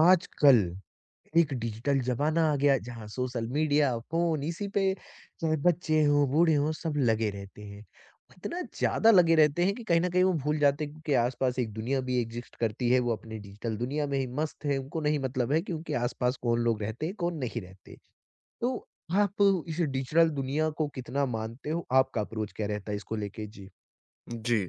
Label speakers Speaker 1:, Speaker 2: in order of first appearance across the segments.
Speaker 1: आजकल एक डिजिटल ज़माना आ गया जहाँ सोशल मीडिया, फ़ोन इसी पे चाहे बच्चे हों, बूढ़े हों सब लगे रहते हैं। इतना ज़्यादा लगे रहते हैं कि कहीं न कहीं वो भूल जाते हैं कि आस-पास एक दुनिया भी एग्ज़िस्ट करती है, वो अपनी डिजिटल दुनिया में ही मस्त है, उनको नहीं मतलब है कि उनके आस-पास कौन लोग रहते हैं, कौन नहीं रहते। तो आप इस डिजिटल दुनिया को कितना मानते हो? आपका अप्रोच क्या रहता है इसको लेके? जी,
Speaker 2: जी,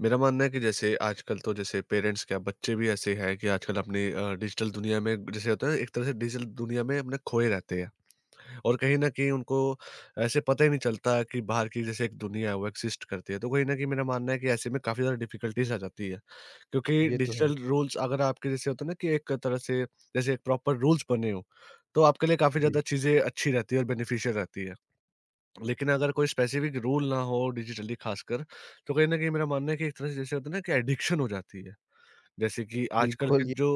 Speaker 2: मेरा मानना है कि जैसे आजकल तो जैसे पेरेंट्स क्या बच्चे भी ऐसे हैं कि आजकल अपनी डिजिटल दुनिया में जैसे होता है ना, एक तरह से डिजिटल दुनिया में अपने खोए रहते हैं। और कहीं न कहीं उनको ऐसे पता ही नहीं चलता कि बाहर की जैसे एक दुनिया है, वो एक्सिस्ट करती है। तो कहीं न कहीं मेरा मानना है कि ऐसे में काफ़ी ज़्यादा डिफ़िकल्टीज़ आ जाती है। क्योंकि
Speaker 1: ये तो है।
Speaker 2: डिजिटल रूल्स अगर आपके जैसे होता है ना कि एक तरह से जैसे एक प्रॉपर रूल्स बने हों, तो आपके लिए काफ़ी
Speaker 1: जी,
Speaker 2: ज़्यादा चीज़ें अच्छी रहती है और बेनिफिशियल रहती है। लेकिन अगर कोई स्पेसिफिक रूल ना हो डिजिटली खासकर, तो कहीं न कहीं मेरा मानना है कि एक तरह से जैसे होता है ना कि एडिक्शन हो जाती है। जैसे कि आजकल
Speaker 1: बिल्कुल
Speaker 2: के
Speaker 1: ये
Speaker 2: जो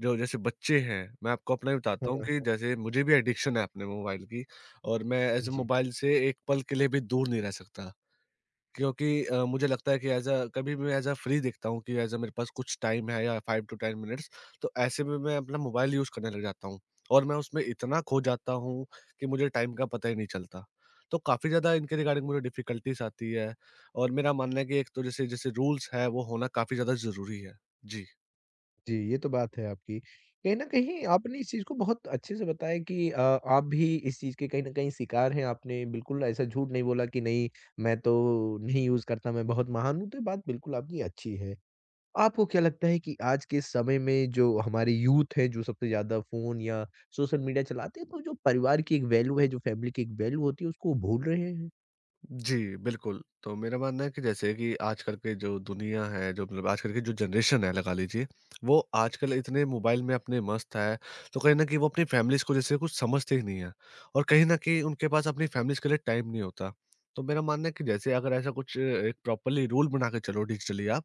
Speaker 2: जो जैसे बच्चे हैं, मैं आपको अपना ही बताता हूँ कि
Speaker 1: हाँ,
Speaker 2: जैसे मुझे भी एडिक्शन है अपने मोबाइल की। और मैं ऐसे
Speaker 1: जी।
Speaker 2: मोबाइल से एक पल के लिए भी दूर नहीं रह सकता। क्योंकि मुझे लगता है कि एज़ अ कभी भी मैं एज़ अ फ्री देखता हूँ कि एज़ अ मेरे पास कुछ टाइम है या 5 टू 10 मिनट्स, तो ऐसे में मैं अपना मोबाइल यूज़ करने लग जाता हूँ और मैं उसमें इतना खो जाता हूँ कि मुझे टाइम का पता ही नहीं चलता। तो काफ़ी ज़्यादा इनके रिगार्डिंग मुझे डिफ़िकल्टीज़ आती है और मेरा मानना है कि एक तो जैसे जैसे रूल्स है, वो होना काफ़ी ज़्यादा ज़रूरी है। जी।
Speaker 1: जी, ये तो बात है आपकी। कहीं न कहीं आपने इस चीज़ को बहुत अच्छे से बताया कि आप भी इस चीज़ के कहीं न कहीं शिकार हैं। आपने बिल्कुल ऐसा झूठ नहीं बोला कि नहीं मैं तो नहीं यूज़ करता, मैं बहुत महान हूँ, तो ये बात बिल्कुल आपकी अच्छी है। आपको क्या लगता है कि आज के समय में जो हमारे यूथ हैं, जो सबसे ज़्यादा फ़ोन या सोशल मीडिया चलाते हैं, तो जो परिवार की एक वैल्यू है, जो फैमिली की एक वैल्यू होती है, उसको वो भूल रहे हैं?
Speaker 2: जी, बिल्कुल। तो मेरा मानना है कि जैसे कि आजकल की जो दुनिया है, जो मतलब आजकल की जो जनरेशन है लगा लीजिए, वो आजकल इतने मोबाइल में अपने मस्त है। तो कहीं न कहीं वो अपनी फैमिलीज़ को जैसे कुछ समझते ही नहीं है और कहीं न कहीं उनके पास अपनी फैमिलीज़ के लिए टाइम नहीं होता। तो मेरा मानना है कि जैसे अगर ऐसा कुछ एक प्रॉपर्ली रूल बना के चलो डिजिटली आप,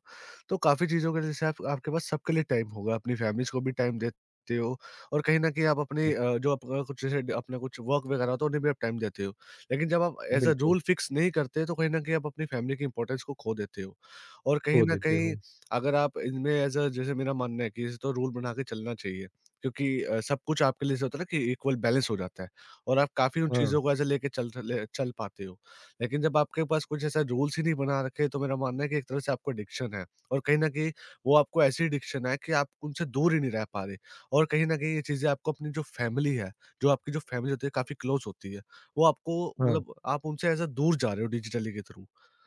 Speaker 2: तो काफ़ी चीज़ों के जैसे आप आपके पास सबके लिए टाइम होगा, अपनी फैमिलीज़ को भी टाइम देते हो और कहीं न कहीं आप
Speaker 1: जी,
Speaker 2: अपने जो आपका कुछ जैसे अपना कुछ वर्क वगैरह होता है, उन्हें भी आप टाइम देते हो। लेकिन जब आप एज़ अ
Speaker 1: बिल्कुल,
Speaker 2: रूल फिक्स नहीं करते, तो कहीं न कहीं आप अपनी फैमिली की इम्पोर्टेंस को खो देते हो। और कहीं
Speaker 1: खो
Speaker 2: न
Speaker 1: देते
Speaker 2: कहीं
Speaker 1: हो।
Speaker 2: अगर आप इनमें एज़ अ जैसे मेरा मानना है कि इस तो रूल बना के चलना चाहिए, क्योंकि सब कुछ आपके लिए ऐसा होता है ना कि इक्वल बैलेंस हो जाता है और आप काफ़ी उन
Speaker 1: हाँ,
Speaker 2: चीज़ों को ऐसे लेके चल ले चल पाते हो। लेकिन जब आपके पास कुछ ऐसा रूल्स ही नहीं बना रखे, तो मेरा मानना है कि एक तरह से आपको एडिक्शन है। और कहीं न कहीं वो आपको ऐसी एडिक्शन है कि आप उनसे दूर ही नहीं रह पा रहे। और कहीं न कहीं ये चीज़ें आपको अपनी जो फैमिली है, जो आपकी जो फैमिली होती है, काफ़ी क्लोज़ होती है। वो आपको
Speaker 1: हाँ।
Speaker 2: मतलब आप उनसे ऐज़ अ दूर जा रहे हो डिजिटली के थ्रू।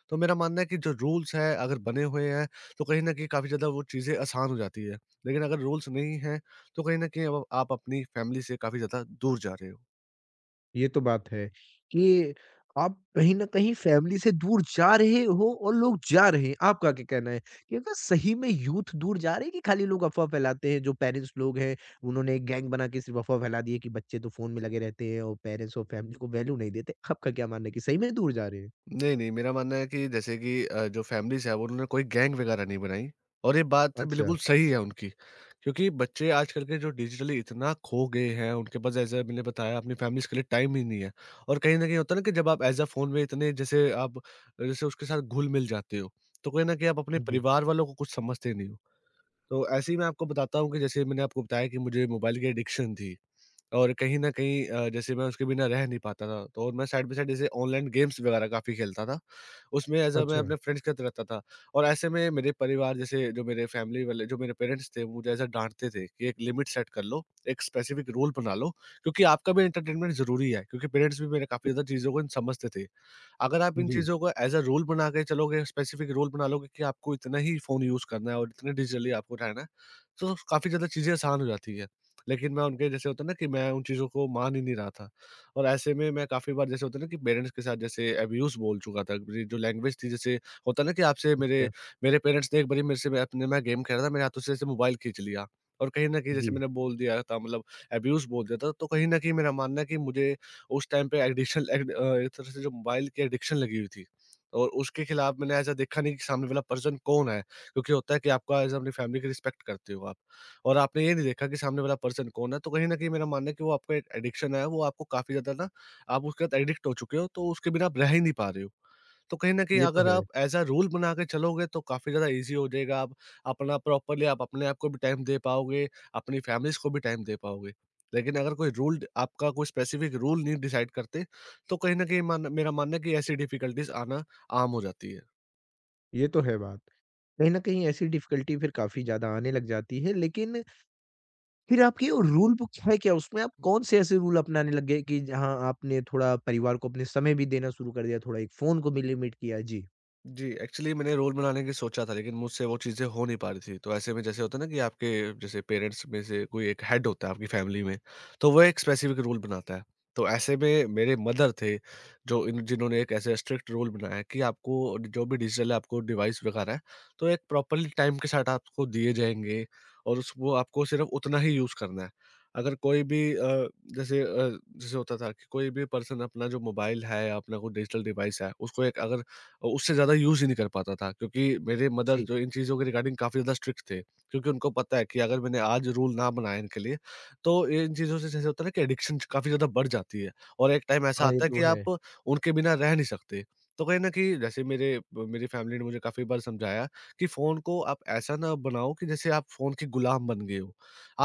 Speaker 2: तो मेरा मानना है कि जो रूल्स हैं अगर बने हुए हैं, तो कहीं न कहीं काफ़ी ज़्यादा वो चीज़ें आसान हो जाती है। लेकिन अगर रूल्स नहीं हैं, तो कहीं न कहीं अब आप अपनी फैमिली से काफ़ी ज़्यादा दूर जा रहे हो।
Speaker 1: ये तो बात है कि आप कहीं न कहीं फ़ैमिली से दूर जा रहे हो और लोग जा रहे हैं। आपका क्या कहना है कि अगर सही में यूथ दूर जा रहे हैं कि खाली लोग अफ़वाह फैलाते हैं? जो पेरेंट्स लोग हैं उन्होंने एक गैंग बना के सिर्फ़ अफ़वाह फैला दी है कि बच्चे तो फ़ोन में लगे रहते हैं और पेरेंट्स और फ़ैमिली को वैल्यू नहीं देते। आपका क्या मानना है कि सही में दूर जा रहे हैं?
Speaker 2: नहीं, नहीं, मेरा मानना है कि जैसे कि जो फैमिलीज़ है, वो उन्होंने कोई गैंग वगैरह नहीं बनाई और ये बात
Speaker 1: अच्छा,
Speaker 2: बिल्कुल सही है उनकी। क्योंकि बच्चे आजकल के जो डिजिटली इतना खो गए हैं, उनके पास जैसे मैंने बताया अपनी फैमिलीज़ के लिए टाइम ही नहीं है। और कहीं न कहीं होता है ना कि जब आप एज़ अ फ़ोन में इतने जैसे आप जैसे उसके साथ घुल-मिल जाते हो, तो कहीं न कहीं आप अपने
Speaker 1: जी।
Speaker 2: परिवार वालों को कुछ समझते नहीं हो। तो ऐसे ही मैं आपको बताता हूँ कि जैसे मैंने आपको बताया कि मुझे मोबाइल की एडिक्शन थी और कहीं न कहीं जैसे मैं उसके बिना रह नहीं पाता था। तो और मैं साइड बाय साइड जैसे ऑनलाइन गेम्स वगैरह काफ़ी खेलता था। उसमें एज़ अ मैं
Speaker 1: अच्छा,
Speaker 2: अपने फ्रेंड्स के साथ रहता था। और ऐसे में मेरे परिवार जैसे जो मेरे फैमिली वाले जो मेरे पेरेंट्स थे, वो मुझे ऐसा डाँटते थे कि एक लिमिट सेट कर लो, एक स्पेसिफिक रूल बना लो, क्योंकि आपका भी एंटरटेनमेंट ज़रूरी है, क्योंकि पेरेंट्स भी मेरे काफ़ी ज़्यादा चीज़ों को समझते थे। अगर आप इन
Speaker 1: जी।
Speaker 2: चीज़ों को एज़ अ रूल बना के चलोगे, स्पेसिफिक रूल बना लोगे कि आपको इतना ही फ़ोन यूज़ करना है और इतने डिजिटली आपको रहना है, तो काफ़ी ज़्यादा चीज़ें आसान हो जाती है। लेकिन मैं उनके जैसे होता है ना कि मैं उन चीज़ों को मान ही नहीं रहा था। और ऐसे में मैं काफ़ी बार जैसे होता है ना कि पेरेंट्स के साथ जैसे अब्यूज़ बोल चुका था। मेरी जो लैंग्वेज थी जैसे होता है ना कि आपसे
Speaker 1: अच्छा,
Speaker 2: मेरे मेरे पेरेंट्स ने एक बारी मेरे से मैं गेम खेल रहा था, मेरे हाथों से जैसे मोबाइल खींच लिया और कहीं न कहीं जैसे
Speaker 1: जी।
Speaker 2: मैंने बोल दिया था मतलब अब्यूज़ बोल दिया था। तो कहीं न कहीं मेरा मानना है कि मुझे उस टाइम पे एडिक्शन एक तरह से जो मोबाइल की एडिक्शन लगी हुई थी। और उसके खिलाफ मैंने ऐसा देखा नहीं कि सामने वाला पर्सन कौन है, क्योंकि होता है कि आपका एज़ अपनी फैमिली की रिस्पेक्ट करते हो आप। और आपने ये नहीं देखा कि सामने वाला पर्सन कौन है, तो कहीं न कहीं मेरा मानना है कि वो आपका एक एडिक्शन है, वो आपको काफ़ी ज़्यादा ना, आप उसके साथ एडिक्ट हो चुके हो, तो उसके बिना आप रह ही नहीं पा रहे हो। तो कहीं न कहीं
Speaker 1: ये तो
Speaker 2: अगर
Speaker 1: है
Speaker 2: आप ऐसा रूल बना के चलोगे, तो काफ़ी ज़्यादा ईज़ी हो जाएगा, आप अपना प्रॉपर्ली आप अपने आप को भी टाइम दे पाओगे, अपनी फैमिलीज़ को भी टाइम दे पाओगे। लेकिन अगर कोई रूल आपका कोई स्पेसिफ़िक रूल नहीं डिसाइड करते, तो कहीं न कहीं मान मेरा मानना है कि ऐसी डिफ़िकल्टीज़ आना आम हो जाती है।
Speaker 1: बात। कहीं न कहीं ऐसी डिफ़िकल्टी फिर काफ़ी ज़्यादा आने लग जाती है लेकिन फिर आपकी वो रूल बुक है क्या? उसमें आप कौन से ऐसे रूल अपनाने लग गए कि जहाँ आपने थोड़ा परिवार को अपने समय भी देना शुरू कर दिया, थोड़ा एक फ़ोन को भी लिमिट किया? जी।
Speaker 2: जी, एक्चुअली मैंने रोल बनाने की सोचा था, लेकिन मुझसे वो चीज़ें हो नहीं पा रही थी। तो ऐसे में जैसे होता है ना कि आपके जैसे पेरेंट्स में से कोई एक हेड होता है आपकी फैमिली में, तो वो एक स्पेसिफ़िक रूल बनाता है। तो ऐसे में मेरे मदर थे, जो इन जिन्होंने एक ऐसे स्ट्रिक्ट रूल बनाया कि आपको जो भी डिजिटल है, आपको डिवाइस वगैरह है, तो एक प्रॉपर्ली टाइम के साथ आपको दिए जाएँगे और उस वो आपको सिर्फ़ उतना ही यूज़ करना है। अगर कोई भी जैसे जैसे होता था कि कोई भी पर्सन अपना जो मोबाइल है, अपना कोई डिजिटल डिवाइस है, उसको एक अगर उससे ज़्यादा यूज़ ही नहीं कर पाता था, क्योंकि मेरे मदर
Speaker 1: जी।
Speaker 2: जो इन चीज़ों के रिगार्डिंग काफ़ी ज़्यादा स्ट्रिक्ट थे, क्योंकि उनको पता है कि अगर मैंने आज रूल ना बनाए इनके लिए, तो ये इन चीज़ों से जैसे होता है ना कि एडिक्शन काफ़ी ज़्यादा बढ़ जाती है और एक टाइम ऐसा
Speaker 1: हाँ, ये
Speaker 2: आता है
Speaker 1: तो
Speaker 2: कि
Speaker 1: है।
Speaker 2: आप उनके बिना रह नहीं सकते। तो कहीं न कहीं जैसे मेरे मेरी फैमिली ने मुझे काफ़ी बार समझाया कि फ़ोन को आप ऐसा ना बनाओ कि जैसे आप फ़ोन के गुलाम बन गए हो।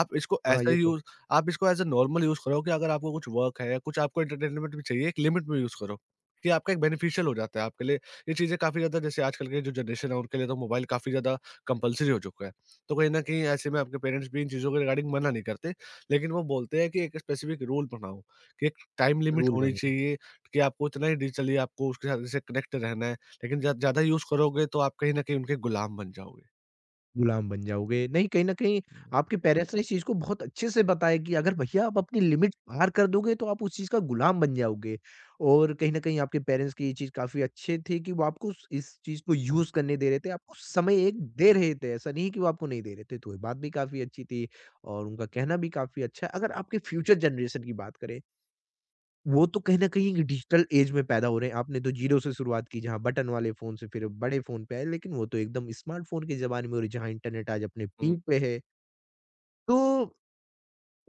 Speaker 2: आप इसको
Speaker 1: हाँ,
Speaker 2: ऐसा
Speaker 1: ये तो
Speaker 2: यूज़ आप इसको एज़ अ नॉर्मल यूज़ करो कि अगर आपको कुछ वर्क है या कुछ आपको एंटरटेनमेंट भी चाहिए, एक लिमिट में यूज़ करो कि आपका एक बेनिफिशियल हो जाता है आपके लिए। ये चीज़ें काफ़ी ज़्यादा जैसे आजकल के जो जनरेशन है उनके लिए, तो मोबाइल काफ़ी ज़्यादा कंपल्सरी हो चुका है। तो कहीं न कहीं ऐसे में आपके पेरेंट्स भी इन चीज़ों के रिगार्डिंग मना नहीं करते, लेकिन वो बोलते हैं कि एक स्पेसिफिक रूल बनाओ कि एक टाइम लिमिट
Speaker 1: रूल
Speaker 2: होनी
Speaker 1: बना।
Speaker 2: चाहिए कि आपको इतना ही डिजिटली आपको उसके साथ जैसे कनेक्ट रहना है, लेकिन ज ज़्यादा यूज़ करोगे तो आप कहीं न कहीं उनके गुलाम बन जाओगे।
Speaker 1: गुलाम बन जाओगे। नहीं, कहीं न कहीं आपके पेरेंट्स ने इस चीज़ को बहुत अच्छे से बताया कि अगर भैया आप अपनी लिमिट पार कर दोगे तो आप उस चीज़ का गुलाम बन जाओगे। और कहीं न कहीं आपके पेरेंट्स की ये चीज़ काफ़ी अच्छे थे कि वो आपको उस इस चीज़ को यूज़ करने दे रहे थे, आपको समय एक दे रहे थे, ऐसा नहीं है कि वो आपको नहीं दे रहे थे। तो ये बात भी काफ़ी अच्छी थी और उनका कहना भी काफ़ी अच्छा है। अगर आपके फ्यूचर जनरेशन की बात करें, वो तो कहीं न कहीं एक डिजिटल एज में पैदा हो रहे हैं। आपने तो ज़ीरो से शुरुआत की जहाँ बटन वाले फ़ोन से फिर बड़े फ़ोन पे आए, लेकिन वो तो एकदम स्मार्टफ़ोन के ज़माने में और जहाँ इंटरनेट आज अपने
Speaker 2: हुँ।
Speaker 1: पीक पे है। तो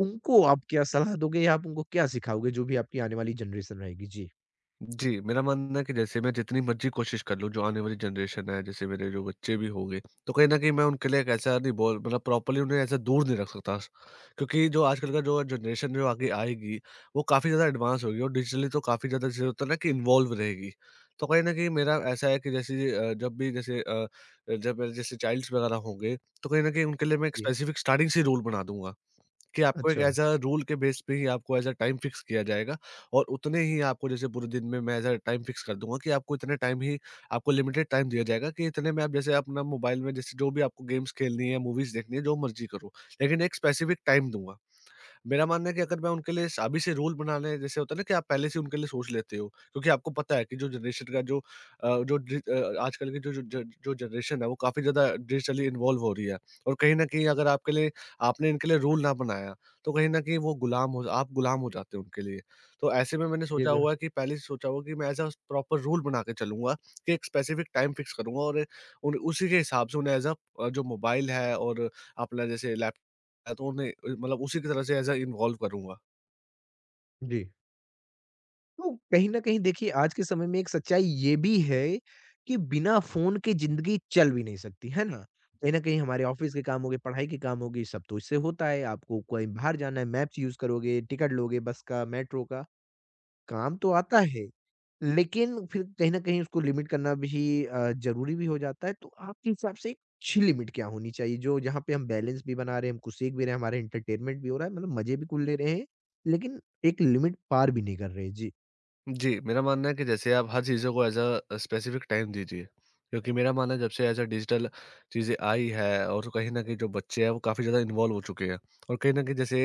Speaker 1: उनको आप क्या सलाह दोगे या आप उनको क्या सिखाओगे जो भी आपकी आने वाली जनरेशन रहेगी? जी,
Speaker 2: जी, मेरा मानना है कि जैसे मैं जितनी मर्ज़ी कोशिश कर लूँ, जो आने वाली जनरेशन है, जैसे मेरे जो बच्चे भी होंगे, तो कहीं न कहीं मैं उनके लिए एक ऐसा नहीं बोल मतलब प्रॉपर्ली उन्हें ऐसा दूर नहीं रख सकता। क्योंकि जो आजकल का जो जनरेशन जो आगे आएगी, वो काफ़ी ज़्यादा एडवांस होगी और डिजिटली तो काफ़ी ज़्यादा जैसे होता है ना कि इन्वॉल्व रहेगी। तो कहीं न कहीं मेरा ऐसा है कि जैसे जब भी जैसे जब मेरे जैसे चाइल्ड्स वगैरह होंगे, तो कहीं न कहीं उनके लिए मैं एक
Speaker 1: जी।
Speaker 2: स्पेसिफ़िक स्टार्टिंग से रूल बना दूँगा। कि आपको एक
Speaker 1: अच्छा,
Speaker 2: एज़ अ रूल के बेस पे ही आपको एज़ अ टाइम फिक्स किया जाएगा और उतने ही आपको जैसे पूरे दिन में मैं एज़ अ टाइम फिक्स कर दूँगा कि आपको इतने टाइम ही आपको लिमिटेड टाइम दिया जाएगा कि इतने में आप जैसे अपना मोबाइल में जैसे जो भी आपको गेम्स खेलनी है, मूवीज़ देखनी है, जो मर्ज़ी करो। लेकिन एक स्पेसिफिक टाइम दूँगा। मेरा मानना है कि अगर मैं उनके लिए स अभी से रूल बना लें, जैसे होता है ना कि आप पहले से उनके लिए सोच लेते हो, क्योंकि आपको पता है कि जो जनरेशन का जो अ, जो डि अ, आजकल की जो जो ज जो जनरेशन है वो काफ़ी ज़्यादा डिजिटली इन्वॉल्व हो रही है। और कहीं न कहीं अगर आपके लिए आपने इनके लिए रूल ना बनाया, तो कहीं न कहीं वो गुलाम हो आप गुलाम हो जाते हो उनके लिए। तो ऐसे में मैंने
Speaker 1: ये
Speaker 2: सोचा
Speaker 1: तो
Speaker 2: हुआ है कि पहले से सोचा हुआ है कि मैं एज़ अ प्रॉपर रूल बना के चलूँगा कि एक स्पेसिफिक टाइम फिक्स करूँगा। और उन उसी के हिसाब से उन्हें जो मोबाइल है और अपना जैसे लैप तो उन्हें मतलब उसी की तरह से एज़ अ इन्वॉल्व करूँगा।
Speaker 1: जी। तो कहीं न कहीं देखिए आज के समय में एक सच्चाई ये भी है कि बिना फ़ोन के ज़िंदगी चल भी नहीं सकती, है ना? कहीं न कहीं हमारे ऑफ़िस के काम हो गए, पढ़ाई के काम हो गए, सब तो इससे होता है। आपको कहीं बाहर जाना है, मैप्स यूज़ करोगे, टिकट लोगे बस का, मेट्रो का, काम तो आता है। लेकिन फिर कहीं न कहीं उसको लिमिट करना भी ज़रूरी भी हो जाता है। तो आपके हिसाब से एक अच्छी लिमिट क्या होनी चाहिए जो जहाँ पे हम बैलेंस भी बना रहे हैं, हमको सीख भी रहे हैं, हमारा एंटरटेनमेंट भी हो रहा है, मतलब मज़े भी कुल ले रहे हैं, लेकिन एक लिमिट पार भी नहीं कर रहे? जी।
Speaker 2: जी, मेरा मानना है कि जैसे आप हर चीज़ों को एज़ अ स्पेसिफिक टाइम दीजिए। क्योंकि मेरा मानना है जब से एज़ अ डिजिटल चीज़ें आई है, और कहीं न कहीं जो बच्चे हैं वो काफ़ी ज़्यादा इन्वॉल्व हो चुके हैं। और कहीं न कहीं जैसे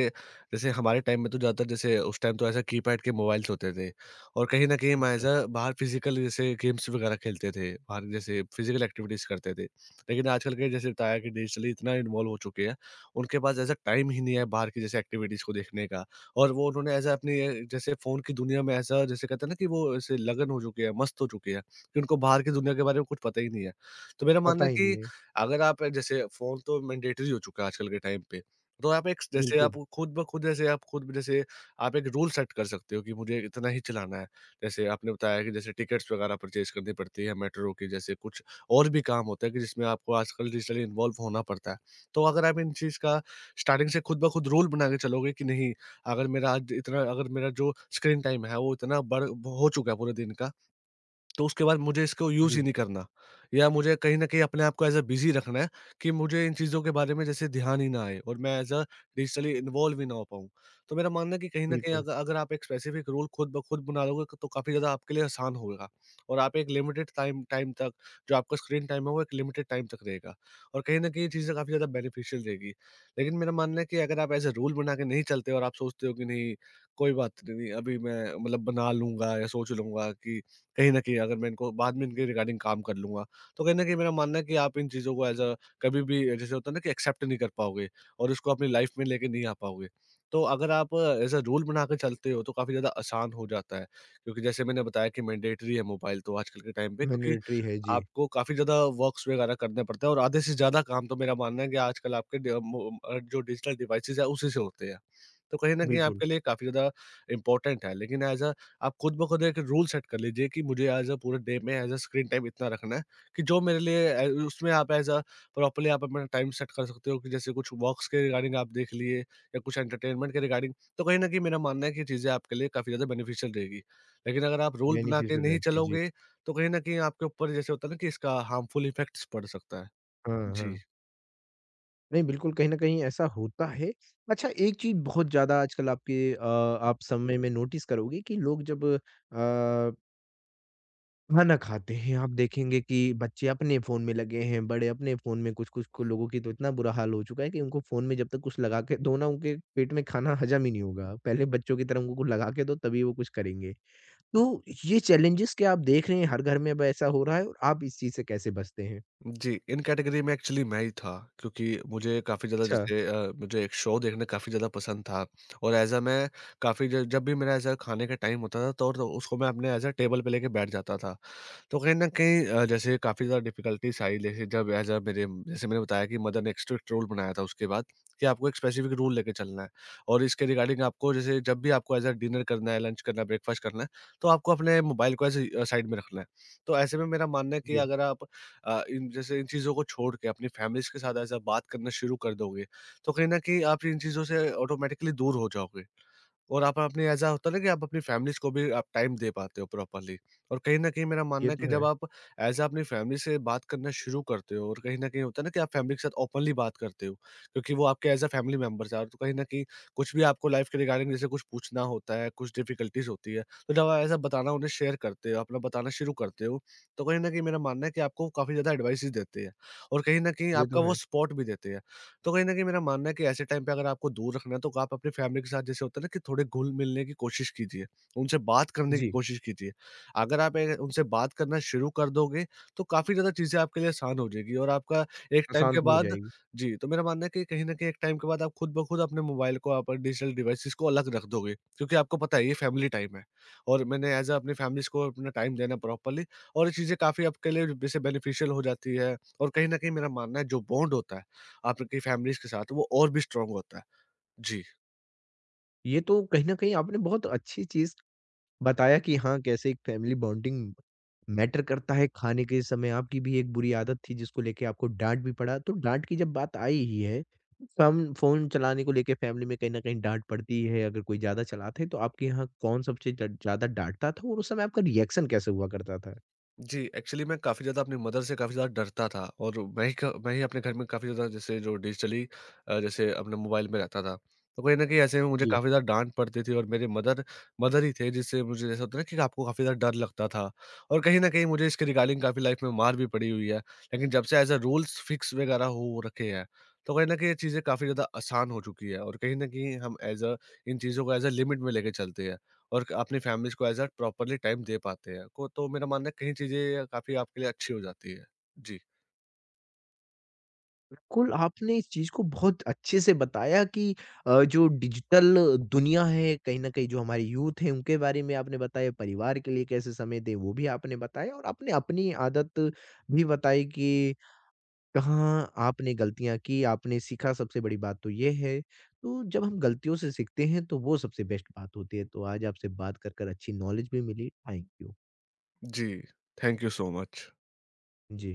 Speaker 2: जैसे हमारे टाइम में तो ज़्यादातर जैसे उस टाइम तो एज़ अ कीपैड के मोबाइल्स होते थे। और कहीं न कहीं हम एज़ अ बाहर फ़िज़िकल जैसे गेम्स वगैरह खेलते थे, बाहर जैसे फ़िज़िकल एक्टिविटीज़ करते थे। लेकिन आजकल के जैसे बताया कि डिजिटली इतना इन्वॉल्व हो चुके हैं, उनके पास एज़ अ टाइम ही नहीं है बाहर की जैसे एक्टिविटीज़ को देखने का। और वो उन्होंने ऐसा अपनी जैसे फ़ोन की दुनिया में ऐसा जैसे कहते हैं ना कि वो ऐसे लगन हो चुके हैं, मस्त हो चुके हैं कि उनको बाहर की दुनिया के बारे में कुछ पता ही नहीं है। तो मेरा
Speaker 1: पता
Speaker 2: मानना है
Speaker 1: ही नहीं
Speaker 2: कि
Speaker 1: है।
Speaker 2: अगर आप जैसे फ़ोन तो मैंडेटरी हो चुका है आजकल के टाइम पे, तो आप एक जैसे
Speaker 1: बिल्कुल,
Speaker 2: आप खुद ब खुद जैसे आप एक रूल सेट कर सकते हो कि मुझे इतना ही चलाना है। जैसे आपने बताया कि जैसे टिकट्स वगैरह परचेज़ करनी पड़ती है मेट्रो की, जैसे कुछ और भी काम होता है कि जिसमें आपको आजकल डिजिटली इन्वॉल्व होना पड़ता है। तो अगर आप इन चीज़ का स्टार्टिंग से खुद ब खुद रूल बना के चलोगे कि नहीं, अगर मेरा आज इतना अगर मेरा जो स्क्रीन टाइम है वो इतना बढ़ हो चुका है पूरे दिन का, तो उसके बाद मुझे इसको यूज़ ही
Speaker 1: जी,
Speaker 2: नहीं करना, या मुझे कहीं न कहीं अपने आप को एज़ अ बिज़ी रखना है कि मुझे इन चीज़ों के बारे में जैसे ध्यान ही ना आए और मैं एज़ अ डिजिटली इन्वॉल्व ही ना हो पाऊँ। तो मेरा मानना है कि कहीं न कहीं
Speaker 1: बिल्कुल।
Speaker 2: अग अगर आप एक स्पेसिफ़िक रूल खुद ब खुद बना लोगे तो काफ़ी ज़्यादा आपके लिए आसान होगा। और आप एक लिमिटेड टाइम टाइम तक, जो आपका स्क्रीन टाइम है वो एक लिमिटेड टाइम तक रहेगा। और कहीं न कहीं ये चीज़ें काफ़ी ज़्यादा बेनिफिशियल रहेगी। लेकिन मेरा मानना है कि अगर आप एज़ अ रूल बना के नहीं चलते और आप सोचते हो कि नहीं, कोई बात नहीं, अभी मैं मतलब बना लूँगा या सोच लूँगा कि कहीं न कहीं अगर मैं इनको बाद में इनके रिगार्डिंग काम कर लूँगा। तो कहीं न कहीं मेरा मानना है कि आप इन चीज़ों को ऐज़ अ कभी भी जैसे होता है ना कि एक्सेप्ट नहीं कर पाओगे और इसको अपनी लाइफ़ में लेके नहीं आ पाओगे। तो अगर आप ऐज़ अ रूल बना के चलते हो तो काफ़ी ज़्यादा आसान हो जाता है। क्योंकि जैसे मैंने बताया कि मैंडेटरी है मोबाइल तो आजकल के टाइम पे, क्योंकि
Speaker 1: मैंडेटरी है, जी,
Speaker 2: आपको काफ़ी ज़्यादा वर्क्स वगैरह करने पड़ते हैं। और आधे से ज़्यादा काम तो मेरा मानना है कि आजकल आपके जो डिजिटल डिवाइसेज़ हैं उसी से होते हैं। तो कहीं न कहीं
Speaker 1: बिल्कुल।
Speaker 2: आपके लिए काफ़ी ज़्यादा इम्पोर्टेंट है। लेकिन ऐज़ अ आप खुद ब खुद एक रूल सेट कर लीजिए कि मुझे एज़ अ पूरे डे में एज़ अ स्क्रीन टाइम इतना रखना है कि जो मेरे लिए उसमें आप एज़ अ प्रॉपर्ली आप अपना टाइम सेट कर सकते हो कि जैसे कुछ वॉक्स के रिगार्डिंग आप देख लिए या कुछ एंटरटेनमेंट के रिगार्डिंग। तो कहीं ना कहीं मेरा मानना है कि चीज़ें आपके लिए काफ़ी ज़्यादा बेनिफिशियल रहेगी। लेकिन अगर आप रूल बना के
Speaker 1: बेनिफिशियल
Speaker 2: नहीं
Speaker 1: रहती है, जी।
Speaker 2: चलोगे तो कहीं ना कहीं आपके ऊपर जैसे होता है ना कि इसका हार्मफुल इफेक्ट्स पड़ सकता है।
Speaker 1: हाँ,
Speaker 2: जी।
Speaker 1: हाँ। नहीं, बिल्कुल, कहीं न कहीं ऐसा होता है। अच्छा, एक चीज़ बहुत ज़्यादा आजकल आपके आप समय में नोटिस करोगे कि लोग जब अ, खाना खाते हैं, आप देखेंगे कि बच्चे अपने फ़ोन में लगे हैं, बड़े अपने फ़ोन में, कुछ-कुछ को लोगों की तो इतना बुरा हाल हो चुका है कि उनको फ़ोन में जब तक कुछ लगा के दो ना, उनके पेट में खाना हज़म ही नहीं होगा। पहले बच्चों की तरह उनको कुछ लगा के दो, तभी वो कुछ करेंगे। तो ये चैलेंजेस क्या आप देख रहे हैं हर घर में अब ऐसा हो रहा है और आप इस चीज़ से कैसे बचते हैं?
Speaker 2: जी, इन कैटेगरी में एक्चुअली मैं ही था, क्योंकि मुझे काफ़ी ज़्यादा
Speaker 1: अच्छा,
Speaker 2: जैसे मुझे एक शो देखना काफ़ी ज़्यादा पसंद था। और एज़ अ मैं काफ़ी ज जब भी मेरा ऐसा खाने का टाइम होता था तो और तो उसको मैं अपने एज़ अ टेबल पे लेके बैठ जाता था। तो कहीं न कहीं जैसे काफ़ी ज़्यादा डिफ़िकल्टीज़ आई, जैसे जब एज़ अ मेरे जैसे मैंने बताया कि मदर ने एक स्ट्रिक्ट रूल बनाया था उसके बाद, कि आपको एक स्पेसिफ़िक रूल लेके चलना है। और इसके रिगार्डिंग आपको जैसे जब भी आपको एज़ अ डिनर करना है, लंच करना है, ब्रेकफ़ास्ट करना है, तो आपको अपने मोबाइल को ऐसे साइड में रखना है। तो ऐसे में मेरा मानना है कि
Speaker 1: जी,
Speaker 2: अगर आप इन जैसे इन चीज़ों को छोड़ के अपनी फ़ैमिलीज़ के साथ ऐसा बात करना शुरू कर दोगे, तो कहीं न कहीं आप इन चीज़ों से ऑटोमैटिकली दूर हो जाओगे। और आप अपनी ऐसा होता है ना कि आप अपनी फैमिलीज़ को भी आप टाइम दे पाते हो प्रॉपर्ली। और कहीं न कहीं मेरा
Speaker 1: ये
Speaker 2: मानना है
Speaker 1: तो
Speaker 2: कि
Speaker 1: है
Speaker 2: जब आप ऐज़ अ अपनी फैमिली से बात करना शुरू करते हो और कहीं न कहीं होता है ना कि आप फैमिली के साथ ओपनली बात करते हो, क्योंकि वो आपके ऐज़ अ फैमिली मेंबर्स हैं। और तो कहीं न कहीं कुछ भी आपको लाइफ़ के रिगार्डिंग जैसे कुछ पूछना होता है, कुछ डिफिकल्टीज़ होती है, तो जब आप ऐसा बताना उन्हें शेयर करते हो, अपना बताना शुरू करते हो, तो कहीं न कहीं मेरा मानना है कि आपको काफ़ी ज़्यादा एडवाइसेज़ देते हैं और कहीं न कहीं
Speaker 1: ये तो
Speaker 2: आपका वो
Speaker 1: है।
Speaker 2: सपोर्ट भी देते हैं। तो कहीं न कहीं मेरा मानना है कि ऐसे टाइम पे अगर आपको दूर रखना है तो आप अपनी फैमिली के साथ जैसे होता है ना कि थोड़े घुल-मिलने की कोशिश कीजिए, उनसे बात करने की
Speaker 1: जी,
Speaker 2: कोशिश कीजिए। अगर आप ए उनसे बात करना शुरू कर दोगे तो काफ़ी ज़्यादा चीज़ें आपके लिए आसान हो जाएगी। और आपका एक टाइम
Speaker 1: अशांत
Speaker 2: के
Speaker 1: हो
Speaker 2: बाद
Speaker 1: जाएगी।
Speaker 2: जी, तो मेरा मानना है कि कहीं न कहीं एक टाइम के बाद आप खुद ब खुद अपने मोबाइल को आप डिजिटल डिवाइसेज़ को अलग रख दोगे, क्योंकि आपको पता है ये फैमिली टाइम है। और मैंने एज़ अ अपनी फैमिलीज़ को अपना टाइम देना प्रॉपर्ली, और ये चीज़ें काफ़ी आपके लिए जैसे बेनिफिशियल हो जाती है। और कहीं न कहीं मेरा मानना है जो बॉन्ड होता है आपकी फैमिलीज़ के साथ, वो और भी स्ट्रॉन्ग होता है। जी।
Speaker 1: ये तो कहीं न कहीं आपने बहुत अच्छी चीज़ बताया कि हाँ, कैसे एक फैमिली बॉन्डिंग मैटर करता है खाने के समय आपकी भी एक बुरी आदत थी जिसको लेके आपको डाँट भी पड़ा। तो डाँट की जब बात आई ही है, फ़म फ़ोन चलाने को लेके फैमिली में कहीं न कहीं डाँट पड़ती है अगर कोई ज़्यादा चलाते हैं तो आपके यहाँ कौन सबसे ज ज़्यादा डाँटता था और उस समय आपका रिएक्शन कैसे हुआ करता था?
Speaker 2: जी, एक्चुअली मैं काफ़ी ज़्यादा अपनी मदर से काफ़ी ज़्यादा डरता था। और मैं ही अपने घर में काफ़ी ज़्यादा जैसे जो डिजिटली जैसे अपने मोबाइल में रहता था। तो कहीं न कहीं ऐसे में मुझे
Speaker 1: जी।
Speaker 2: काफ़ी ज़्यादा डाँट पड़ती थी। और मेरे मदर मदर ही थे जिससे मुझे जैसा होता है ना कि आपको काफ़ी ज़्यादा डर लगता था। और कहीं न कहीं मुझे इसके रिगार्डिंग काफ़ी लाइफ़ में मार भी पड़ी हुई है। लेकिन जब से एज़ अ रूल्स फिक्स वगैरह हो रखे हैं, तो कहीं न कहीं ये चीज़ें काफ़ी ज़्यादा आसान हो चुकी है। और कहीं न कहीं हम एज़ अ इन चीज़ों को एज़ अ लिमिट में लेके चलते हैं। और क अपनी फैमिलीज़ को एज़ अ प्रॉपर्ली टाइम दे पाते हैं। को तो मेरा मानना है कहीं चीज़ें काफ़ी आपके लिए अच्छी हो जाती है। जी।
Speaker 1: बिल्कुल, आपने इस चीज़ को बहुत अच्छे से बताया कि जो डिजिटल दुनिया है, कहीं न कहीं जो हमारे यूथ हैं, उनके बारे में आपने बताया, परिवार के लिए कैसे समय दें, वो भी आपने बताया और आपने अपनी आदत भी बताई कि कहाँ आपने गलतियाँ की, आपने सीखा, सबसे बड़ी बात तो ये है। तो जब हम गलतियों से सीखते हैं, तो वो सबसे बेस्ट बात होती है। तो आज आपसे बात कर अच्छी नॉलेज भी मिली। Thank you.
Speaker 2: जी, thank you so much.
Speaker 1: Ji.